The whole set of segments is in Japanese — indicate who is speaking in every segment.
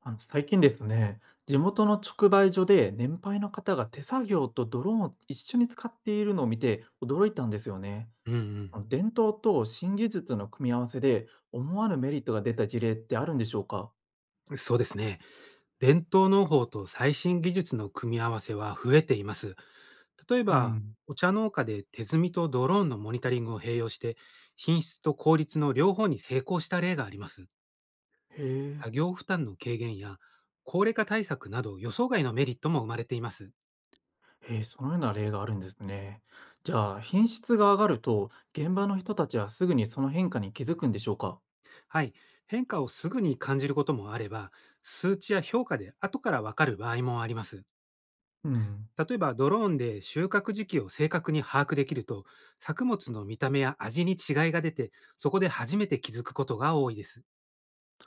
Speaker 1: 最近ですね、地元の直売所で年配の方が手作業とドローンを一緒に使っているのを見て驚いたんですよね。
Speaker 2: うん
Speaker 1: 伝統と新技術の組み合わせで思わぬメリットが出た事例ってあるんでしょうか？
Speaker 2: うん、そうですね。伝統農法と最新技術の組み合わせは増えています。例え
Speaker 1: う
Speaker 2: ば、
Speaker 1: ん。
Speaker 2: お茶農家で手摘みとドローンのモニタリングを併用して、品質と効率の両方に成功した例があります。
Speaker 1: へえ。
Speaker 2: 作業負担の軽減や高齢化対策など予想外のメリットも生まれています。
Speaker 1: へえ、そのような例があるんですね。じゃあ、品質が上がると現場の人たちはすぐにその変化に気づくんでしょうか？
Speaker 2: はい。変化をすぐに感じることもあれば、数値や評価で後からわかる場合もあります。
Speaker 1: うん。
Speaker 2: 例えばドローンで収穫時期を正確に把握できると、作物の見た目や味に違いが出て、そこで初めて気づくことが多いです。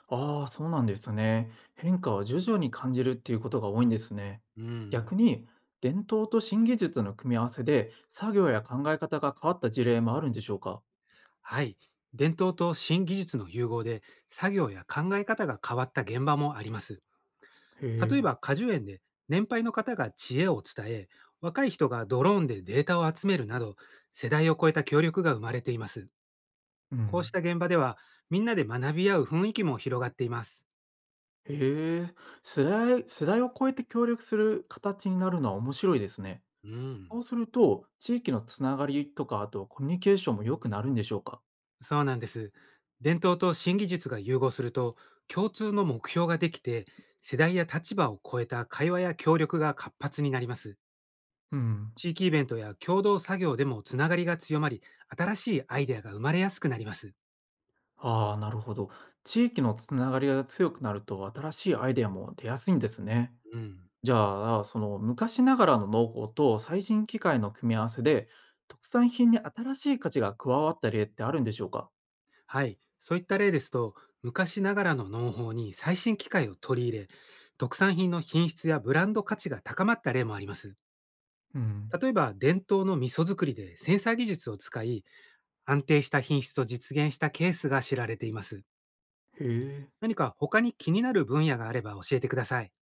Speaker 1: ああ、そうなんですね。変化を徐々に感じるっていうことが多いんですね。
Speaker 2: う
Speaker 1: 逆
Speaker 2: ん。
Speaker 1: に、伝統と新技術の組み合わせで、作業や考え方が変わった事例もあるんでしょうか？
Speaker 2: はい。伝統と新技術の融合で、作業や考え方が変わった現場もあります。
Speaker 1: へ
Speaker 2: 例え
Speaker 1: え。
Speaker 2: ば果樹園で年配の方が知恵を伝え、若い人がドローンでデータを集めるなど、世代を超えた協力が生まれています。
Speaker 1: う
Speaker 2: こう
Speaker 1: ん。
Speaker 2: した現場では、みんなで学び合う雰囲気も広がっています。
Speaker 1: へえ、世代を超えて協力する形になるのは面白いですね。
Speaker 2: う
Speaker 1: そ
Speaker 2: ん。
Speaker 1: うすると、地域のつながりとか、あとコミュニケーションも良くなるんでしょうか？
Speaker 2: そうなんです。伝統と新技術が融合すると、共通の目標ができて、世代や立場を超えた会話や協力が活発になります。
Speaker 1: うん。
Speaker 2: 地域イベントや共同作業でもつながりが強まり、新しいアイデアが生まれやすくなります。
Speaker 1: ああ、なるほど。地域のつながりが強くなると、新しいアイデアも出やすいんですね。
Speaker 2: うん。
Speaker 1: じゃあ、その昔ながらの農法と最新機械の組み合わせで、特産品に新しい価値が加わった例ってあるんでしょうか？
Speaker 2: はい。そういった例ですと、昔ながらの農法に最新機械を取り入れ、特産品の品質やブランド価値が高まった例もあります。
Speaker 1: うん。
Speaker 2: 例えば、伝統の味噌作りでセンサー技術を使い、安定した品質を実現したケースが知られています。
Speaker 1: へえ。
Speaker 2: 何か他に気になる分野があれば教えてください。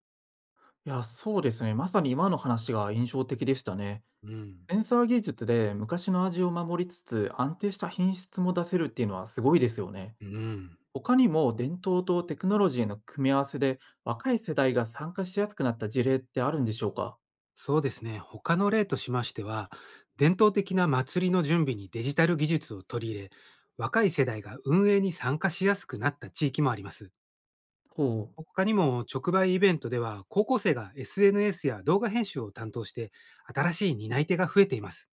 Speaker 1: いや、そうですね。まさに今の話が印象的でしたね。
Speaker 2: うん。
Speaker 1: センサー技術で昔の味を守りつつ安定した品質も出せるっていうのはすごいですよね。
Speaker 2: うん。
Speaker 1: 他にも伝統とテクノロジーの組み合わせで若い世代が参加しやすくなった事例ってあるんでしょうか？
Speaker 2: そうですね。他の例としましては、伝統的な祭りの準備にデジタル技術を取り入れ、若い世代が運営に参加しやすくなった地域もあります。
Speaker 1: ほ
Speaker 2: 他にも直売イベントでは、高校生が SNS や動画編集を担当して、新しい担い手が増えています。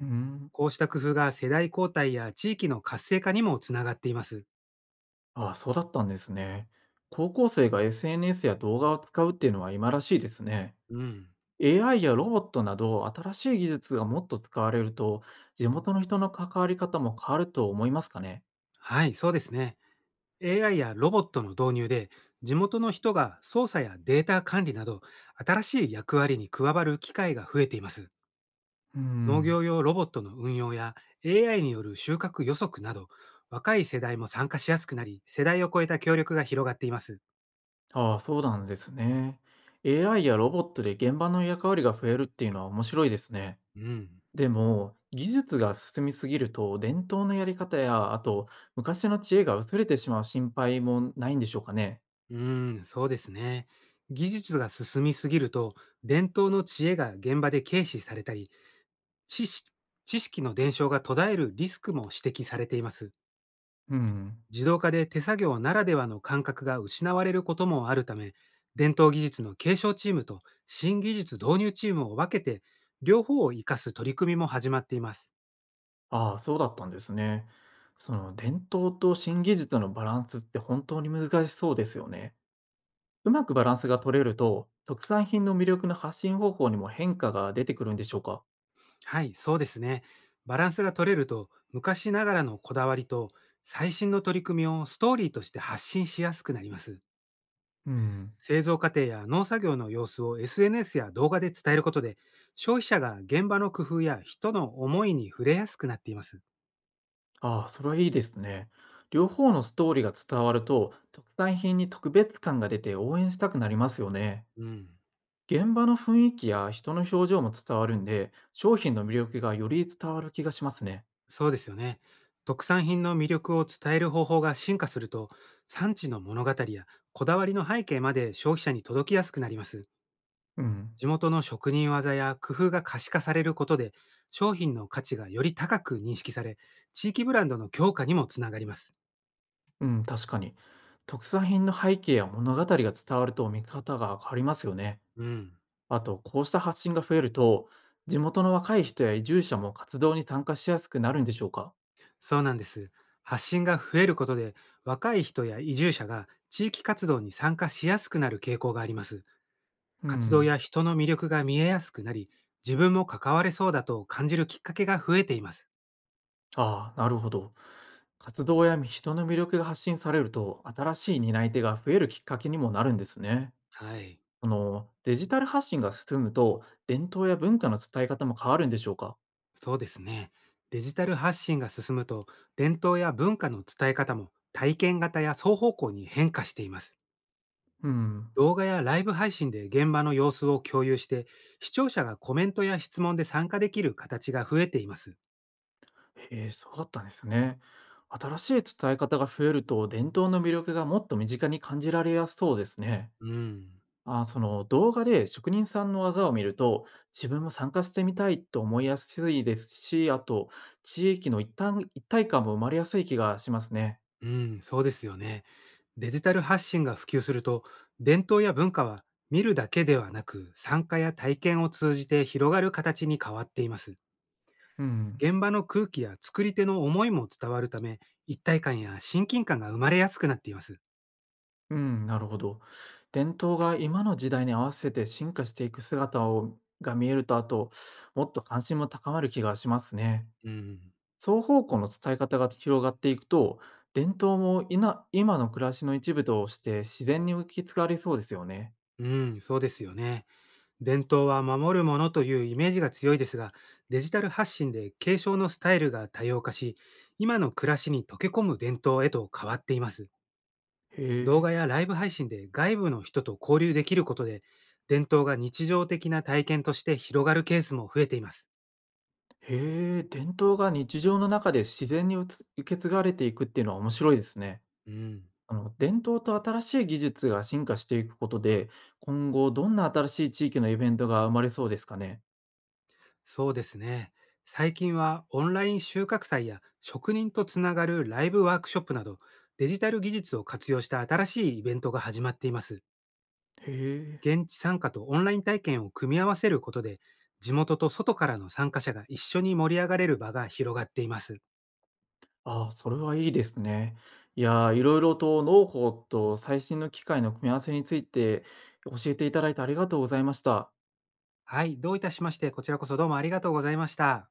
Speaker 1: う。うん。
Speaker 2: こうした工夫が世代交代や地域の活性化にもつながっています。
Speaker 1: ああ、そうだったんですね。高校生が SNS や動画を使うっていうのは今らしいですね。
Speaker 2: うん。
Speaker 1: AI やロボットなど新しい技術がもっと使われると、地元の人の関わり方も変わると思いますかね？
Speaker 2: はい、そうですね。AI やロボットの導入で、地元の人が操作やデータ管理など、新しい役割に加わる機会が増えています。
Speaker 1: う
Speaker 2: 農
Speaker 1: ん。
Speaker 2: 業用ロボットの運用や AI による収穫予測など、若い世代も参加しやすくなり、世代を超えた協力が広がっています。
Speaker 1: ああ、そうなんですね。AI やロボットで現場の役割が増えるっていうのは面白いですね。
Speaker 2: うん、
Speaker 1: でも、技術が進みすぎると、伝統のやり方や、あと、昔の知恵が薄れてしまう心配もないんでしょうかね？
Speaker 2: うーそうですね。技術が進みすぎると、伝統の知恵が現場で軽視されたり、知識知識の伝承が途絶えるリスクも指摘されています。
Speaker 1: うん。
Speaker 2: 自動化で手作業ならではの感覚が失われることもあるため、伝統技術の継承チームと新技術導入チームを分けて、両方を活かす取り組みも始まっています。
Speaker 1: ああ、そうだったんですね。その伝統と新技術のバランスって本当に難しそうですよね。うまくバランスが取れると、特産品の魅力の発信方法にも変化が出てくるんでしょうか？
Speaker 2: はい、そうですね。バランスが取れると、昔ながらのこだわりと最新の取り組みをストーリーとして発信しやすくなります。
Speaker 1: うん。
Speaker 2: 製造過程や農作業の様子を SNS や動画で伝えることで、消費者が現場の工夫や人の思いに触れやすくなっています。
Speaker 1: ああ、それはいいですね。両方のストーリーが伝わると、特産品に特別感が出て応援したくなりますよね。
Speaker 2: うん。
Speaker 1: 現場の雰囲気や人の表情も伝わるんで、商品の魅力がより伝わる気がしますね。
Speaker 2: そうですよね。特産品の魅力を伝える方法が進化すると、産地の物語やこだわりの背景まで消費者に届きやすくなります。
Speaker 1: うん。
Speaker 2: 地元の職人技や工夫が可視化されることで、商品の価値がより高く認識され、地域ブランドの強化にもつながります。
Speaker 1: うん、確かに。特産品の背景や物語が伝わると見方が変わりますよね。
Speaker 2: うん、
Speaker 1: あと、こうした発信が増えると、地元の若い人や移住者も活動に参加しやすくなるんでしょうか？
Speaker 2: そうなんです。発信が増えることで、若い人や移住者が地域活動に参加しやすくなる傾向があります。
Speaker 1: う
Speaker 2: 活動
Speaker 1: ん。
Speaker 2: や人の魅力が見えやすくなり、自分も関われそうだと感じるきっかけが増えています。
Speaker 1: ああ、なるほど。活動や人の魅力が発信されると、新しい担い手が増えるきっかけにもなるんですね。
Speaker 2: はい、
Speaker 1: デジタル発信が進むと、伝統や文化の伝え方も変わるんでしょうか？
Speaker 2: そうですね。デジタル発信が進むと、伝統や文化の伝え方も体験型や双方向に変化しています。
Speaker 1: うん。
Speaker 2: 動画やライブ配信で現場の様子を共有して、視聴者がコメントや質問で参加できる形が増えています。
Speaker 1: へえ、そうだったんですね。新しい伝え方が増えると、伝統の魅力がもっと身近に感じられやすそうですね。
Speaker 2: うん。
Speaker 1: あ、その動画で職人さんの技を見ると、自分も参加してみたいと思いやすいですし、あと、地域の一体感も生まれやすい気がしますね。
Speaker 2: うん、そうですよね。デジタル発信が普及すると、伝統や文化は見るだけではなく、参加や体験を通じて広がる形に変わっています。
Speaker 1: うん。
Speaker 2: 現場の空気や作り手の思いも伝わるため、一体感や親近感が生まれやすくなっています。
Speaker 1: うん、なるほど。伝統が今の時代に合わせて進化していく姿をが見えると、あと、もっと関心も高まる気がしますね。
Speaker 2: うん。
Speaker 1: 双方向の伝え方が広がっていくと、伝統も今の暮らしの一部として自然に受け継がれそうですよね。
Speaker 2: うん、そうですよね。伝統は守るものというイメージが強いですが、デジタル発信で継承のスタイルが多様化し、今の暮らしに溶け込む伝統へと変わっています。
Speaker 1: へ
Speaker 2: 動画
Speaker 1: え。
Speaker 2: やライブ配信で外部の人と交流できることで、伝統が日常的な体験として広がるケースも増えています。
Speaker 1: へえ、伝統が日常の中で自然に受け継がれていくっていうのは面白いですね。
Speaker 2: うん。
Speaker 1: 伝統と新しい技術が進化していくことで、今後どんな新しい地域のイベントが生まれそうですかね。
Speaker 2: そうですね。最近はオンライン収穫祭や職人とつながるライブワークショップなど、デジタル技術を活用した新しいイベントが始まっています。
Speaker 1: へえ。
Speaker 2: 現地参加とオンライン体験を組み合わせることで、地元と外からの参加者が一緒に盛り上がれる場が広がっています。
Speaker 1: ああ、それはいいですね。いやー、いろいろと農法と最新の機械の組み合わせについて教えていただいてありがとうございました。
Speaker 2: はい、どういたしまして、こちらこそどうもありがとうございました。